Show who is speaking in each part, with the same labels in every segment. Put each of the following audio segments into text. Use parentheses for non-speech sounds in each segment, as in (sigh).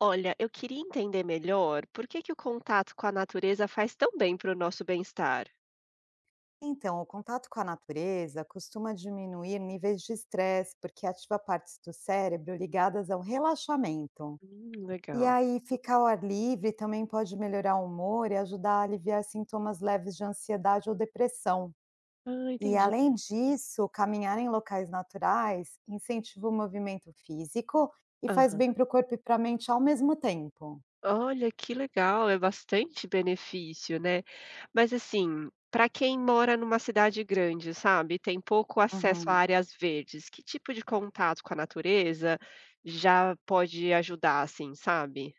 Speaker 1: Olha, eu queria entender melhor por que o contato com a natureza faz tão bem para o nosso bem-estar.
Speaker 2: Então, o contato com a natureza costuma diminuir níveis de estresse, porque ativa partes do cérebro ligadas ao relaxamento. E
Speaker 1: Legal.
Speaker 2: aí, ficar ao ar livre também pode melhorar o humor e ajudar a aliviar sintomas leves de ansiedade ou depressão.
Speaker 1: Ah,
Speaker 2: E
Speaker 1: entendi.
Speaker 2: além disso, caminhar em locais naturais incentiva o movimento físico e faz
Speaker 1: Aham.
Speaker 2: bem para o corpo e para a mente ao mesmo tempo.
Speaker 1: Olha, que legal, é bastante benefício, né? Mas assim, para quem mora numa cidade grande, sabe, tem pouco acesso a
Speaker 2: Uhum.
Speaker 1: áreas verdes, que tipo de contato com a natureza já pode ajudar, assim, sabe?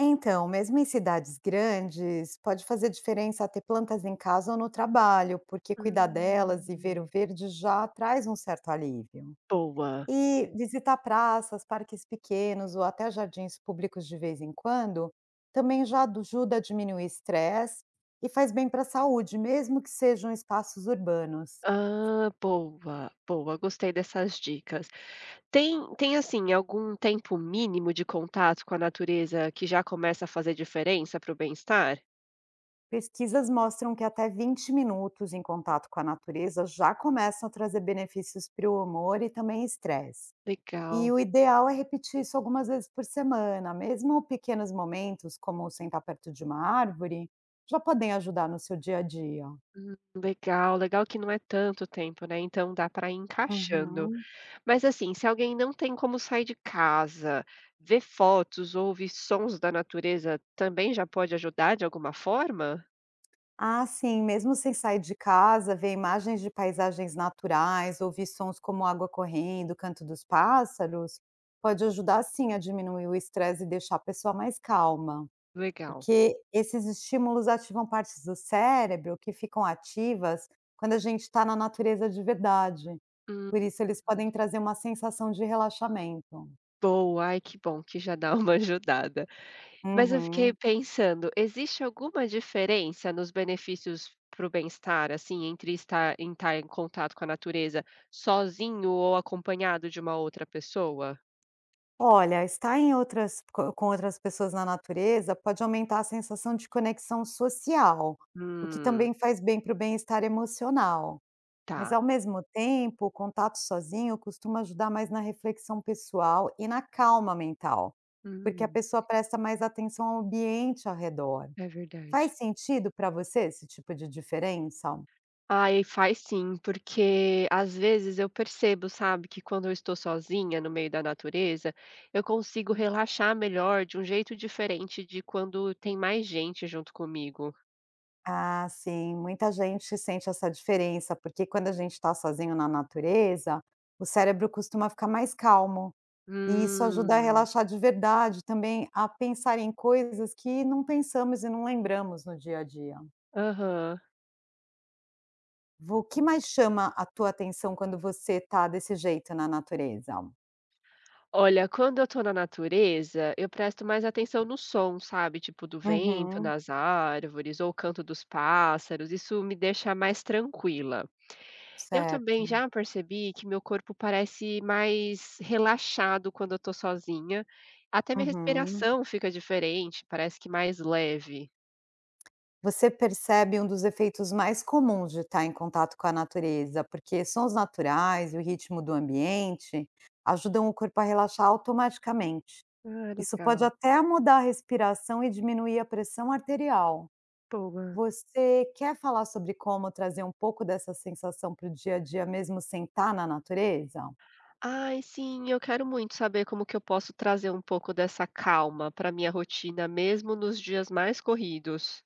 Speaker 2: Então, mesmo em cidades grandes, pode fazer diferença ter plantas em casa ou no trabalho, porque cuidar delas e ver o
Speaker 1: Hum,
Speaker 2: verde já traz um certo alívio.
Speaker 1: boa.
Speaker 2: E visitar praças, parques pequenos ou até jardins públicos de vez em quando também ajuda a diminuir o estresse e faz bem para a saúde, mesmo que sejam espaços urbanos.
Speaker 1: Ah, boa, boa. Gostei dessas dicas. Tem, assim, algum tempo mínimo de contato com a natureza que já começa a fazer diferença para o bem-estar?
Speaker 2: Pesquisas mostram que até 20 minutos em contato com a natureza já começam a trazer benefícios para o humor e também estresse. E
Speaker 1: Legal.
Speaker 2: o ideal é repetir isso algumas vezes por semana, mesmo pequenos momentos, como sentar perto de uma árvore, já podem ajudar no seu dia a dia.
Speaker 1: Legal, legal que não é tanto tempo, né, então dá para ir encaixando.
Speaker 2: Uhum.
Speaker 1: Mas, assim, se alguém não tem como sair de casa, ver fotos ou ouvir sons da natureza também já pode ajudar de alguma forma?
Speaker 2: Ah, sim, mesmo sem sair de casa, ver imagens de paisagens naturais, ouvir sons como água correndo, canto dos pássaros, pode ajudar sim a diminuir o estresse e deixar a pessoa mais calma,
Speaker 1: Legal.
Speaker 2: porque esses estímulos ativam partes do cérebro que ficam ativas quando a gente está na natureza de verdade.
Speaker 1: Hum,
Speaker 2: Por isso eles podem trazer uma sensação de relaxamento.
Speaker 1: boa. Ai, que bom que já dá (laughs) uma ajudada. Mas eu fiquei
Speaker 2: Uhum.
Speaker 1: pensando, existe alguma diferença nos benefícios para o bem-estar, assim, entre estar em contato com a natureza sozinho ou acompanhado de uma outra pessoa?
Speaker 2: Olha, estar em outras co com outras pessoas na natureza pode aumentar a sensação de conexão social, o que
Speaker 1: Hum,
Speaker 2: também faz bem para o bem-estar emocional. Mas
Speaker 1: tá.
Speaker 2: ao mesmo tempo, o contato sozinho costuma ajudar mais na reflexão pessoal e na calma mental, porque a
Speaker 1: Hum,
Speaker 2: pessoa presta mais atenção ao ambiente ao redor.
Speaker 1: é verdade.
Speaker 2: Faz sentido para você esse tipo de diferença?
Speaker 1: Ai, faz sim, porque às vezes eu percebo, sabe, que quando eu estou sozinha no meio da natureza, eu consigo relaxar melhor de um jeito diferente de quando tem mais gente junto comigo.
Speaker 2: Ah, sim, muita gente sente essa diferença, porque quando a gente está sozinho na natureza, o cérebro costuma ficar mais calmo, e isso ajuda a
Speaker 1: Hum,
Speaker 2: relaxar de verdade, também a pensar em coisas que não pensamos e não lembramos no dia a dia.
Speaker 1: aham.
Speaker 2: O que mais chama a tua atenção quando você está desse jeito na natureza?
Speaker 1: Olha, quando eu tô na natureza, eu presto mais atenção no som, sabe? Tipo, do vento,
Speaker 2: Uhum,
Speaker 1: nas árvores, ou o canto dos pássaros. Isso me deixa mais tranquila. Eu também
Speaker 2: certo.
Speaker 1: já percebi que meu corpo parece mais relaxado quando eu tô sozinha. Até minha
Speaker 2: Uhum.
Speaker 1: respiração fica diferente, parece que mais leve.
Speaker 2: Você percebe um dos efeitos mais comuns de estar em contato com a natureza, porque sons naturais e o ritmo do ambiente ajudam o corpo a relaxar automaticamente.
Speaker 1: Ah,
Speaker 2: Isso pode
Speaker 1: legal.
Speaker 2: até mudar a respiração e diminuir a pressão arterial.
Speaker 1: Boa.
Speaker 2: Você quer falar sobre como trazer um pouco dessa sensação para o dia a dia, mesmo sem estar na natureza?
Speaker 1: Ai, sim, eu quero muito saber como que eu posso trazer um pouco dessa calma para minha rotina, mesmo nos dias mais corridos.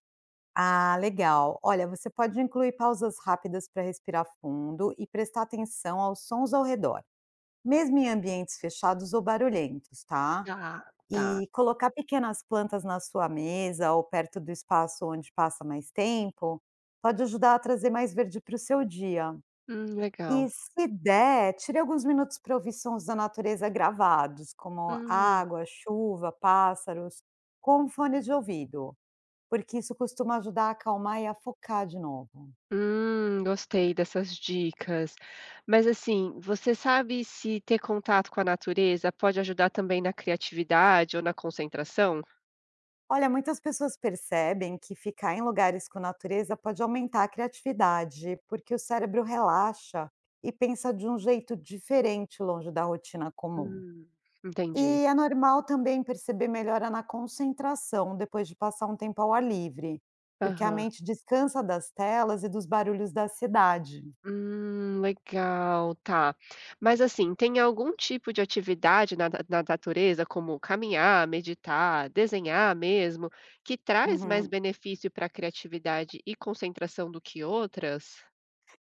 Speaker 2: Ah, legal. Olha, você pode incluir pausas rápidas para respirar fundo e prestar atenção aos sons ao redor. Mesmo em ambientes fechados ou barulhentos, tá?
Speaker 1: Tá, tá.
Speaker 2: E colocar pequenas plantas na sua mesa ou perto do espaço onde passa mais tempo, pode ajudar a trazer mais verde para o seu dia. E
Speaker 1: Legal.
Speaker 2: se der, tire alguns minutos para ouvir sons da natureza gravados, como
Speaker 1: Hum,
Speaker 2: água, chuva, pássaros, com um fone de ouvido, porque isso costuma ajudar a acalmar e a focar de novo.
Speaker 1: hum, gostei dessas dicas. Mas assim, você sabe se ter contato com a natureza pode ajudar também na criatividade ou na concentração?
Speaker 2: Olha, muitas pessoas percebem que ficar em lugares com natureza pode aumentar a criatividade, porque o cérebro relaxa e pensa de um jeito diferente longe da rotina comum.
Speaker 1: Hum, entendi.
Speaker 2: E é normal também perceber melhora na concentração depois de passar um tempo ao ar livre, porque a
Speaker 1: Aham.
Speaker 2: mente descansa das telas e dos barulhos da cidade.
Speaker 1: Legal, tá. Mas assim, tem algum tipo de atividade na natureza, como caminhar, meditar, desenhar mesmo, que traz mais
Speaker 2: Uhum.
Speaker 1: benefício para a criatividade e concentração do que outras?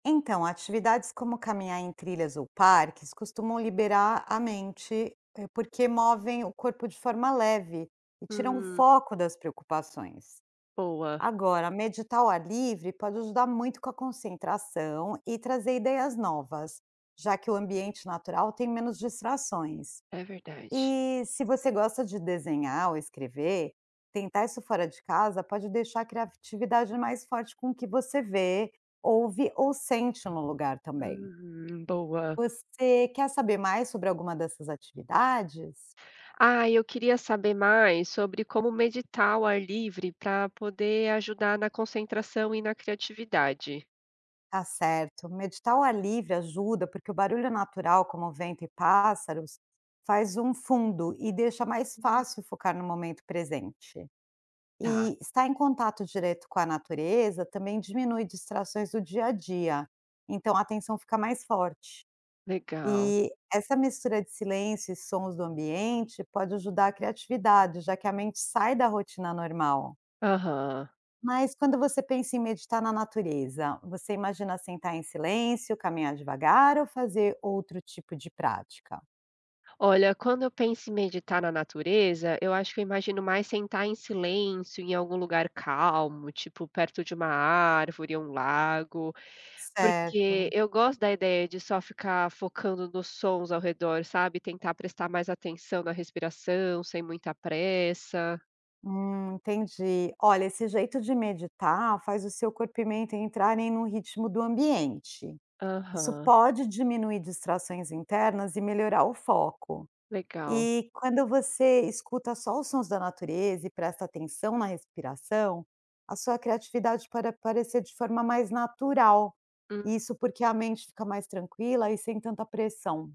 Speaker 2: Então, atividades como caminhar em trilhas ou parques costumam liberar a mente, porque movem o corpo de forma leve e tiram o
Speaker 1: Hum,
Speaker 2: foco das preocupações.
Speaker 1: boa,
Speaker 2: Agora, meditar ao ar livre pode ajudar muito com a concentração e trazer ideias novas, já que o ambiente natural tem menos distrações.
Speaker 1: é verdade.
Speaker 2: E se você gosta de desenhar ou escrever, tentar isso fora de casa pode deixar a criatividade mais forte com o que você vê, ouve ou sente no lugar também.
Speaker 1: Uhum, boa.
Speaker 2: Você quer saber mais sobre alguma dessas atividades?
Speaker 1: Ah, eu queria saber mais sobre como meditar ao ar livre para poder ajudar na concentração e na criatividade.
Speaker 2: Tá certo. Meditar ao ar livre ajuda porque o barulho natural, como vento e pássaros, faz um fundo e deixa mais
Speaker 1: Hum,
Speaker 2: fácil focar no momento presente.
Speaker 1: tá,
Speaker 2: E estar em contato direto com a natureza também diminui distrações do dia a dia, então a atenção fica mais forte.
Speaker 1: legal.
Speaker 2: E essa mistura de silêncio e sons do ambiente pode ajudar a criatividade, já que a mente sai da rotina normal.
Speaker 1: Aham.
Speaker 2: Mas quando você pensa em meditar na natureza, você imagina sentar em silêncio, caminhar devagar ou fazer outro tipo de prática?
Speaker 1: Olha, quando eu penso em meditar na natureza, eu acho que eu imagino mais sentar em silêncio em algum lugar calmo, tipo perto de uma árvore ou um lago. Porque
Speaker 2: Certo.
Speaker 1: eu gosto da ideia de só ficar focando nos sons ao redor, sabe, tentar prestar mais atenção na respiração, sem muita pressa.
Speaker 2: Entendi. Olha, esse jeito de meditar faz o seu corpo e mente entrarem no ritmo do ambiente. Isso
Speaker 1: Aham,
Speaker 2: pode diminuir distrações internas e melhorar o foco.
Speaker 1: legal.
Speaker 2: E quando você escuta só os sons da natureza e presta atenção na respiração, a sua criatividade pode aparecer de forma mais natural.
Speaker 1: Hum.
Speaker 2: Isso porque a mente fica mais tranquila e sem tanta pressão.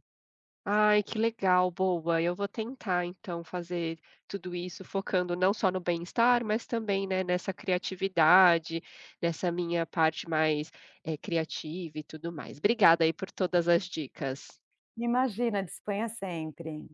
Speaker 1: Ai, que legal, boa. Eu vou tentar então fazer tudo isso focando não só no bem-estar, mas também, né, nessa criatividade, nessa minha parte mais, criativa e tudo mais. Obrigada aí por todas as dicas.
Speaker 2: Imagina, disponha sempre.